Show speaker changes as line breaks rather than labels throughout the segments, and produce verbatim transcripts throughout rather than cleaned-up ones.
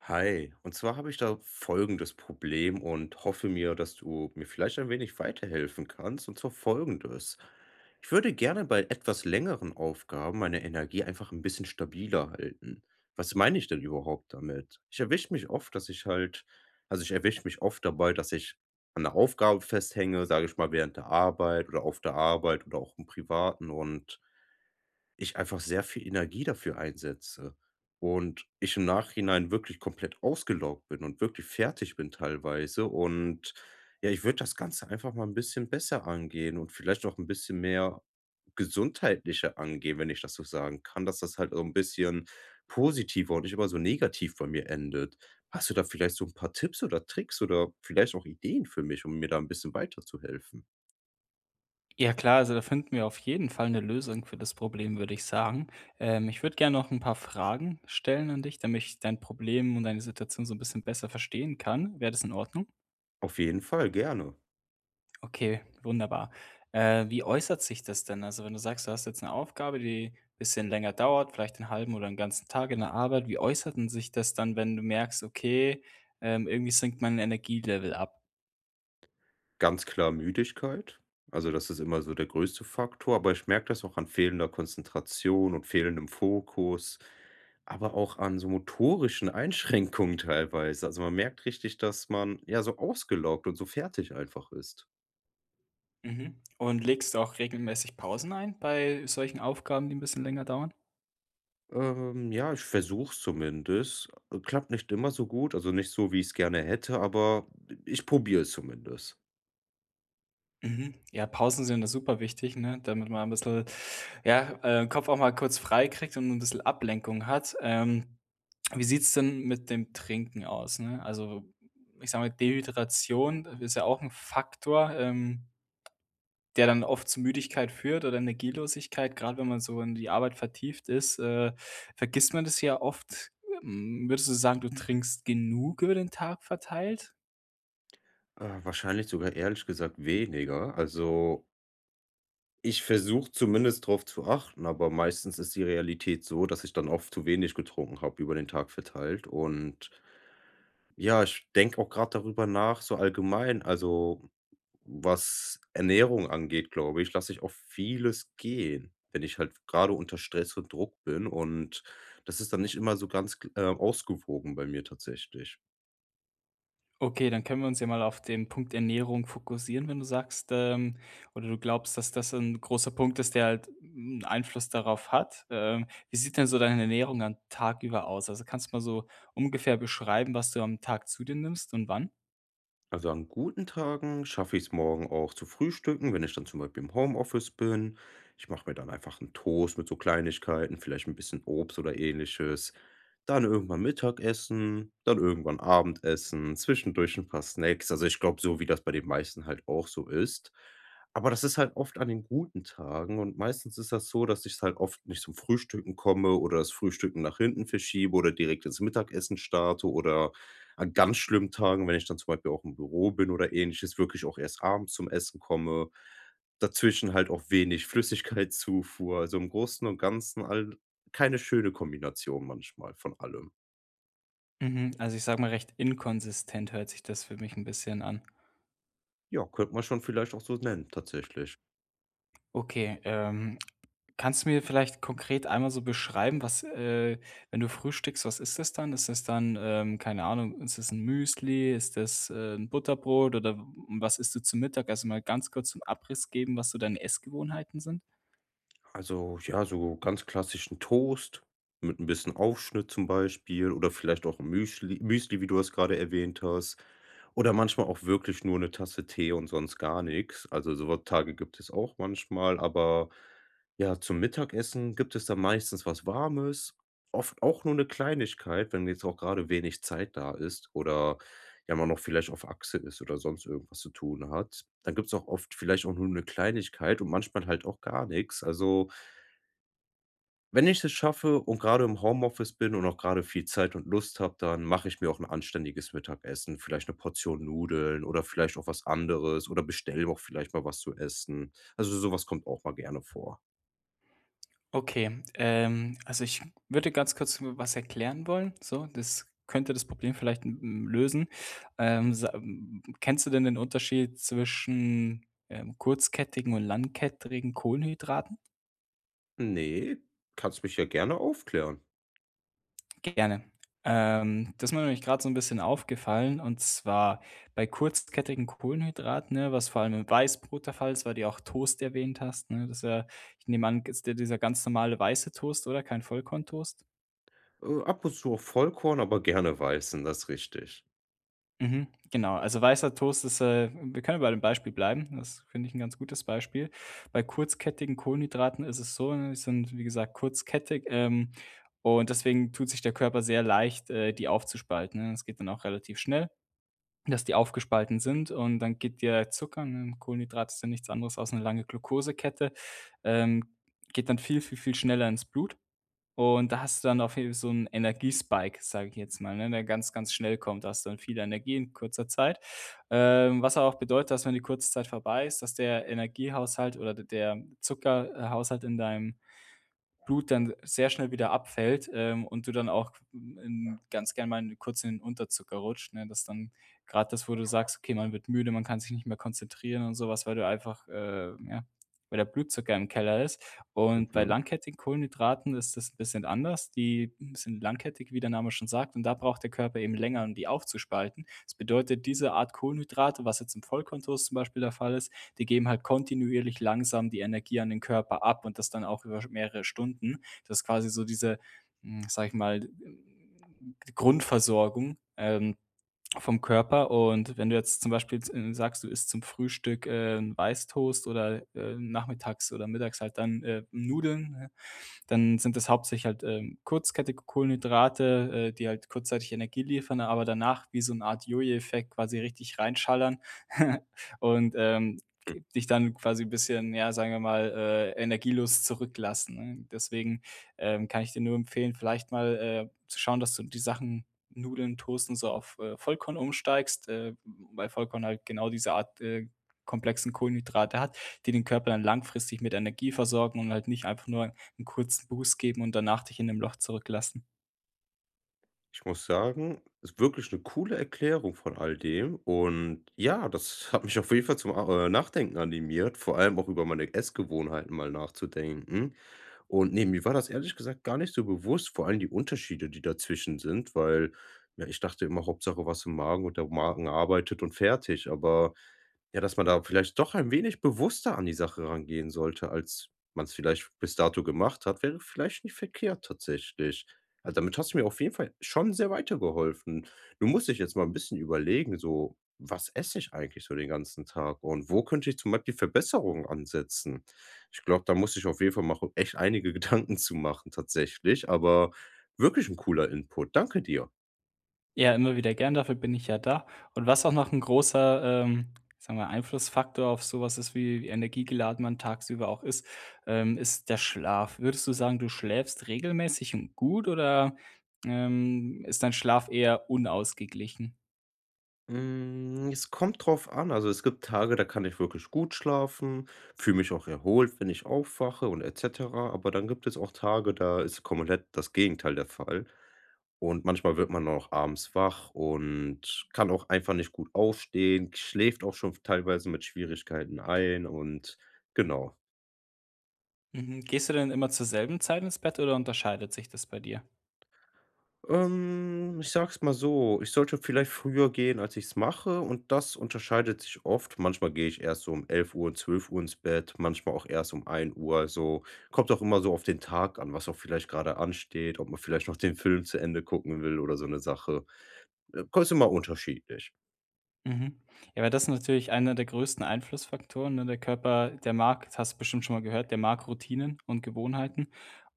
Hi, und zwar habe ich da folgendes Problem und hoffe mir, dass du mir vielleicht ein wenig weiterhelfen kannst, und zwar folgendes. Ich würde gerne bei etwas längeren Aufgaben meine Energie einfach ein bisschen stabiler halten. Was meine ich denn überhaupt damit? Ich erwische mich oft, dass ich halt, also ich erwische mich oft dabei, dass ich an einer Aufgabe festhänge, sage ich mal, während der Arbeit oder auf der Arbeit oder auch im Privaten und ich einfach sehr viel Energie dafür einsetze und ich im Nachhinein wirklich komplett ausgelaugt bin und wirklich fertig bin teilweise. Und ja, ich würde das Ganze einfach mal ein bisschen besser angehen und vielleicht auch ein bisschen mehr gesundheitlicher angehen, wenn ich das so sagen kann, dass das halt so ein bisschen positiver und nicht immer so negativ bei mir endet. Hast du da vielleicht so ein paar Tipps oder Tricks oder vielleicht auch Ideen für mich, um mir da ein bisschen weiterzuhelfen?
Ja klar, also da finden wir auf jeden Fall eine Lösung für das Problem, würde ich sagen. Ähm, ich würde gern noch ein paar Fragen stellen an dich, damit ich dein Problem und deine Situation so ein bisschen besser verstehen kann. Wäre das in Ordnung?
Auf jeden Fall, gerne.
Okay, wunderbar. Äh, wie äußert sich das denn? Also, wenn du sagst, du hast jetzt eine Aufgabe, die ein bisschen länger dauert, vielleicht 'n halben oder 'n ganzen Tag in der Arbeit. Wie äußert denn sich das dann, wenn du merkst: „Okay, ähm, irgendwie sinkt mein Energielevel ab?"
Ganz klar Müdigkeit. Also, das ist immer so der größte Faktor, aber ich merke das auch an fehlender Konzentration und fehlendem Fokus, aber auch an so motorischen Einschränkungen teilweise. Also, man merkt richtig, dass man, ja, so ausgelaugt und so fertig einfach ist.
Mhm. Und legst du auch regelmäßig Pausen ein bei solchen Aufgaben, die ein bisschen länger dauern?
Ähm, ja, ich versuche es zumindest. Äh, klappt nicht immer so gut, also nicht so, wie ich es gerne hätte, aber ich probiere es zumindest.
Mhm. Ja, Pausen sind ja super wichtig, ne, damit man ein bisschen, ja, äh, Kopf auch mal kurz frei kriegt und ein bisschen Ablenkung hat. Ähm, wie sieht's denn mit dem Trinken aus, ne? Also, ich sage mal, Dehydration ist ja auch ein Faktor, ähm, der dann oft zu Müdigkeit führt oder Energielosigkeit, gerade wenn man so in die Arbeit vertieft ist, äh, vergisst man das ja oft. Hm, würdest du sagen, du trinkst genug über den Tag verteilt?
Äh, wahrscheinlich sogar ehrlich gesagt weniger. Also, ich versuche zumindest darauf zu achten, aber meistens ist die Realität so, dass ich dann oft zu wenig getrunken habe über den Tag verteilt. Und ja, ich denke auch gerade darüber nach, so allgemein, also was Ernährung angeht, glaube ich, lasse ich auch vieles gehen, wenn ich halt gerade unter Stress und Druck bin. Und das ist dann nicht immer so ganz äh, ausgewogen bei mir tatsächlich.
Okay, dann können wir uns ja mal auf den Punkt Ernährung fokussieren, wenn du sagst, ähm, oder du glaubst, dass das ein großer Punkt ist, der halt 'n Einfluss darauf hat. Ähm, wie sieht denn so deine Ernährung am Tag über aus? Also, kannst du mal so ungefähr beschreiben, was du am Tag zu dir nimmst und wann?
Also an guten Tagen schaffe ich es morgen auch zu frühstücken, wenn ich dann zum Beispiel im Homeoffice bin. Ich mache mir dann einfach einen Toast mit so Kleinigkeiten, vielleicht ein bisschen Obst oder Ähnliches. Dann irgendwann Mittagessen, dann irgendwann Abendessen, zwischendurch ein paar Snacks. Also, ich glaube, so wie das bei den meisten halt auch so ist. Aber das ist halt oft an den guten Tagen und meistens ist das so, dass ich halt oft nicht zum Frühstücken komme oder das Frühstücken nach hinten verschiebe oder direkt ins Mittagessen starte oder an ganz schlimmen Tagen, wenn ich dann zum Beispiel auch im Büro bin oder Ähnliches, wirklich auch erst abends zum Essen komme. Dazwischen halt auch wenig Flüssigkeitszufuhr. Also, im Großen und Ganzen all keine schöne Kombination manchmal von allem.
Mhm, also, ich sage mal recht inkonsistent hört sich das für mich ein bisschen an.
Ja, könnte man schon vielleicht auch so nennen, tatsächlich.
Okay. ähm Kannst du mir vielleicht konkret einmal so beschreiben, was äh, wenn du frühstückst, was ist das dann? Ist das dann, ähm, keine Ahnung, ist das ein Müsli? Ist das, äh, 'n Butterbrot oder w was isst du zum Mittag? Also, mal ganz kurz so 'n Abriss geben, was so deine Essgewohnheiten sind.
Also, ja, so ganz klassischen Toast mit ein bisschen Aufschnitt zum Beispiel oder vielleicht auch 'n Müschli Müsli, wie du es gerade erwähnt hast. Oder manchmal auch wirklich nur eine Tasse Tee und sonst gar nichts. Also, so Tage gibt es auch manchmal, aber ja, zum Mittagessen gibt es dann meistens was Warmes, oft auch nur eine Kleinigkeit, wenn jetzt auch gerade wenig Zeit da ist oder ja, man noch vielleicht auf Achse ist oder sonst irgendwas zu tun hat. Dann gibt's auch oft vielleicht auch nur eine Kleinigkeit und manchmal halt auch gar nichts. Also, wenn ich es schaffe und gerade im Homeoffice bin und auch gerade viel Zeit und Lust habe, dann mache ich mir auch ein anständiges Mittagessen, vielleicht eine Portion Nudeln oder vielleicht auch was anderes oder bestelle auch vielleicht mal was zu essen. Also, sowas kommt auch mal gerne vor.
Okay, ähm, also, ich würde ganz kurz was erklären wollen, so. Das könnte das Problem vielleicht, hm, hm, lösen. Ähm, sa hm, kennst du denn den Unterschied zwischen, ähm, kurzkettigen und langkettigen Kohlenhydraten?
Nee, kannst mich ja gerne aufklären.
Gerne. Ähm, das ist mir nämlich gerade so ein bisschen aufgefallen, und zwar bei kurzkettigen Kohlenhydraten, ne, was vor allem im Weißbrot der Fall ist, weil du ja auch Toast erwähnt hast, ne? Das ist ja, ich nehme an, ist der dieser ganz normale weiße Toast, oder? Kein Vollkorntoast?
Äh, ab und zu auch Vollkorn, aber gerne Weißen, das ist richtig.
Mhm, genau. Also, weißer Toast ist, äh wir können bei dem Beispiel bleiben. Das finde ich ein ganz gutes Beispiel. Bei kurzkettigen Kohlenhydraten ist es so, ne, die sind, wie gesagt, kurzkettig, ähm, und deswegen tut sich der Körper sehr leicht, äh, die aufzuspalten, ne? Das geht dann auch relativ schnell, dass die aufgespalten sind, und dann geht der Zucker, ne, Kohlenhydrat ist ja nichts anderes als 'ne lange Glukosekette, ähm, geht dann viel, viel, viel schneller ins Blut, und da hast du dann auf jeden so 'n Energiespike, sage ich jetzt mal, ne, der ganz, ganz schnell kommt. Da hast du dann viel Energie in kurzer Zeit, ähm, was aber auch bedeutet, dass wenn die kurze Zeit vorbei ist, dass der Energiehaushalt oder d der Zuckerhaushalt in deinem Blut dann sehr schnell wieder abfällt, ähm, und du dann auch in ganz gern mal in kurz in den Unterzucker rutscht, ne? Das ist dann gerade das, wo du sagst: „Okay, man wird müde, man kann sich nicht mehr konzentrieren" und sowas, weil du einfach, äh, ja, weil der Blutzucker im Keller ist. Und bei
Mhm.
langkettigen Kohlenhydraten ist das ein bisschen anders. Die sind langkettig, wie der Name schon sagt, und da braucht der Körper eben länger, um die aufzuspalten. Das bedeutet, diese Art Kohlenhydrate, was jetzt im Vollkorntoast zum Beispiel der Fall ist, die geben halt kontinuierlich langsam die Energie an den Körper ab, und das dann auch über mehrere Stunden. Das ist quasi so diese, hm, sage ich mal, Grundversorgung, ähm, vom Körper. Und wenn du jetzt zum Beispiel äh, sagst, du isst zum Frühstück, äh, 'n Weißtoast oder, äh, nachmittags oder mittags halt dann, äh, Nudeln, ne, dann sind das hauptsächlich halt, ähm, kurzkettige Kohlenhydrate, äh, die halt kurzzeitig Energie liefern, aber danach wie so eine Art Jojo-Effekt quasi richtig reinschallern und, ähm, dich dann quasi 'n bisschen, ja, sagen wir mal, äh, energielos zurücklassen, ne? Deswegen, ähm, kann ich dir nur empfehlen, vielleicht mal, äh, zu schauen, dass du die Sachen Nudeln, Toasten so auf, äh, Vollkorn umsteigst, äh, weil Vollkorn halt genau diese Art, äh, komplexen Kohlenhydrate hat, die den Körper dann langfristig mit Energie versorgen und halt nicht einfach nur 'n kurzen Boost geben und danach dich in dem Loch zurücklassen.
Ich muss sagen, ist wirklich eine coole Erklärung von all dem und ja, das hat mich auf jeden Fall zum A äh, Nachdenken animiert, vor allem auch über meine Essgewohnheiten mal nachzudenken. Und ne, mir war das ehrlich gesagt gar nicht so bewusst, vor allem die Unterschiede, die dazwischen sind, weil, ja, ich dachte immer, Hauptsache was im Magen und der Magen arbeitet und fertig. Aber ja, dass man da vielleicht doch ein wenig bewusster an die Sache rangehen sollte, als man es vielleicht bis dato gemacht hat, wäre vielleicht nicht verkehrt tatsächlich. Also, damit hast du mir auf jeden Fall schon sehr weitergeholfen. Nun muss ich jetzt mal ein bisschen überlegen, so: „Was esse ich eigentlich so den ganzen Tag und wo könnte ich zum Beispiel Verbesserungen ansetzen?“ Ich glaube, da muss ich auf jeden Fall mal echt einige Gedanken zu machen tatsächlich, aber wirklich ein cooler Input. Danke dir.
Ja, immer wieder gern, dafür bin ich ja da. Und was auch noch 'n großer, ähm, sagen wir, Einflussfaktor auf so was ist, wie wie energiegeladen man tagsüber auch ist, ähm, ist der Schlaf. Würdest du sagen, du schläfst regelmäßig und gut oder, ähm, ist dein Schlaf eher unausgeglichen?
Hm, es kommt drauf an. Also, es gibt Tage, da kann ich wirklich gut schlafen, fühle mich auch erholt, wenn ich aufwache und et cetera. Aber dann gibt es auch Tage, da ist komplett das Gegenteil der Fall. Und manchmal wird man auch abends wach und kann auch einfach nicht gut aufstehen, schläft auch schon teilweise mit Schwierigkeiten ein und genau.
Mhm. Gehst du denn immer zur selben Zeit ins Bett oder unterscheidet sich das bei dir?
Ähm, ich sag's mal so, ich sollte vielleicht früher gehen, als ich's mache und das unterscheidet sich oft. Manchmal gehe ich erst so um elf Uhr und zwölf Uhr ins Bett, manchmal auch erst um ein Uhr. So kommt auch immer so auf den Tag an, was auch vielleicht gerade ansteht, ob man vielleicht noch den Film zu Ende gucken will oder so eine Sache. Äh, ist immer unterschiedlich.
Mhm. Ja, weil das ist natürlich einer der größten Einflussfaktoren, ne? Der Körper, der mag, das hast du bestimmt schon mal gehört, der mag Routinen und Gewohnheiten.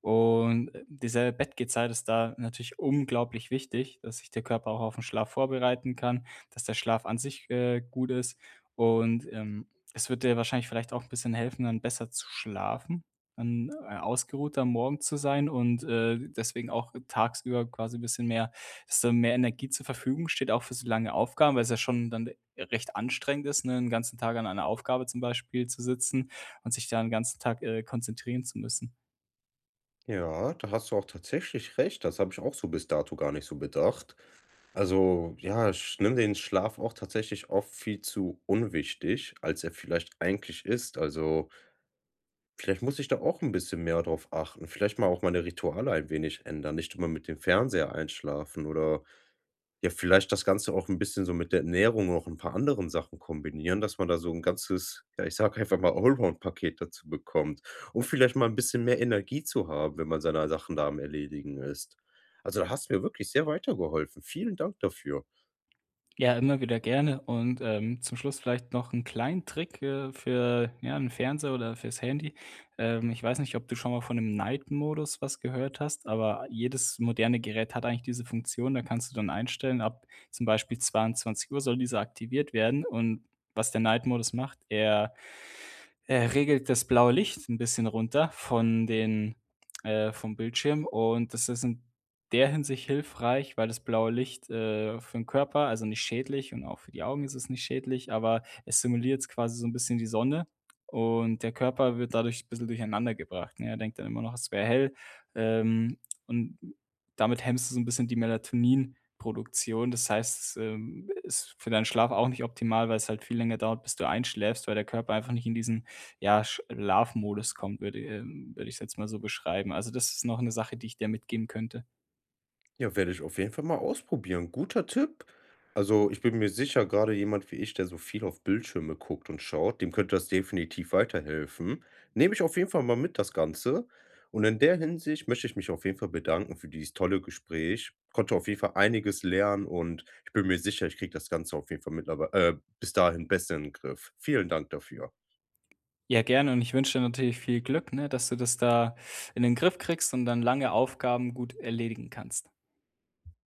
Und, äh, diese Bettgehzeit ist da natürlich unglaublich wichtig, dass sich der Körper auch auf den Schlaf vorbereiten kann, dass der Schlaf an sich, äh, gut ist. Und, ähm, es wird dir wahrscheinlich vielleicht auch ein bisschen helfen, dann besser zu schlafen, dann, äh, ausgeruhter am Morgen zu sein und, äh, deswegen auch tagsüber quasi ein bisschen mehr, dass da mehr Energie zur Verfügung steht, auch für so lange Aufgaben, weil es ja schon dann recht anstrengend ist, ne, 'n ganzen Tag an einer Aufgabe zum Beispiel zu sitzen und sich da 'n ganzen Tag, äh, konzentrieren zu müssen.
Ja, da hast du auch tatsächlich recht. Das habe ich auch so bis dato gar nicht so bedacht. Also, ja, ich nehme den Schlaf auch tatsächlich oft viel zu unwichtig, als er vielleicht eigentlich ist. Also vielleicht muss ich da auch ein bisschen mehr drauf achten. Vielleicht mal auch meine Rituale ein wenig ändern, nicht immer mit dem Fernseher einschlafen oder ja, vielleicht das Ganze auch ein bisschen so mit der Ernährung noch ein paar anderen Sachen kombinieren, dass man da so ein ganzes, ja, ich sag einfach mal Allround-Paket dazu bekommt, um vielleicht mal ein bisschen mehr Energie zu haben, wenn man seine Sachen da am Erledigen ist. Also, da hast du mir wirklich sehr weitergeholfen. Vielen Dank dafür.
Ja, immer wieder gerne und, ähm, zum Schluss vielleicht noch 'n kleinen Trick, äh, für, ja, 'n Fernseher oder fürs Handy. Ähm, ich weiß nicht, ob du schon mal von dem Night-Modus was gehört hast, aber jedes moderne Gerät hat eigentlich diese Funktion. Da kannst du dann einstellen, ab zum Beispiel zweiundzwanzig Uhr soll dieser aktiviert werden, und was der Night-Modus macht, er äh, regelt das blaue Licht ein bisschen runter von den äh, vom Bildschirm, und das ist in der Hinsicht hilfreich, weil das blaue Licht, äh, für den Körper also nicht schädlich und auch für die Augen ist es nicht schädlich, aber es simuliert quasi so ein bisschen die Sonne, und der Körper wird dadurch ein bisschen durcheinandergebracht, ne? Er denkt dann immer noch, es wäre hell, ähm, und damit hemmst du so ein bisschen die Melatoninproduktion. Das heißt, es ähm, ist für deinen Schlaf auch nicht optimal, weil es halt viel länger dauert, bis du einschläfst, weil der Körper einfach nicht in diesen, ja, Schlafmodus kommt, würde ähm, würde ich's jetzt mal so beschreiben. Also, das ist noch 'ne Sache, die ich dir mitgeben könnte.
Ja, werde ich auf jeden Fall mal ausprobieren. Guter Tipp. Also, ich bin mir sicher, gerade jemand wie ich, der so viel auf Bildschirme guckt und schaut, dem könnte das definitiv weiterhelfen. Nehme ich auf jeden Fall mal mit das Ganze. Und in der Hinsicht möchte ich mich auf jeden Fall bedanken für dieses tolle Gespräch. Konnte auf jeden Fall einiges lernen und ich bin mir sicher, ich kriege das Ganze auf jeden Fall mittlerweile, äh, bis dahin besser in den Griff. Vielen Dank dafür.
Ja, gerne, und ich wünsche dir natürlich viel Glück, ne, dass du das da in den Griff kriegst und dann lange Aufgaben gut erledigen kannst.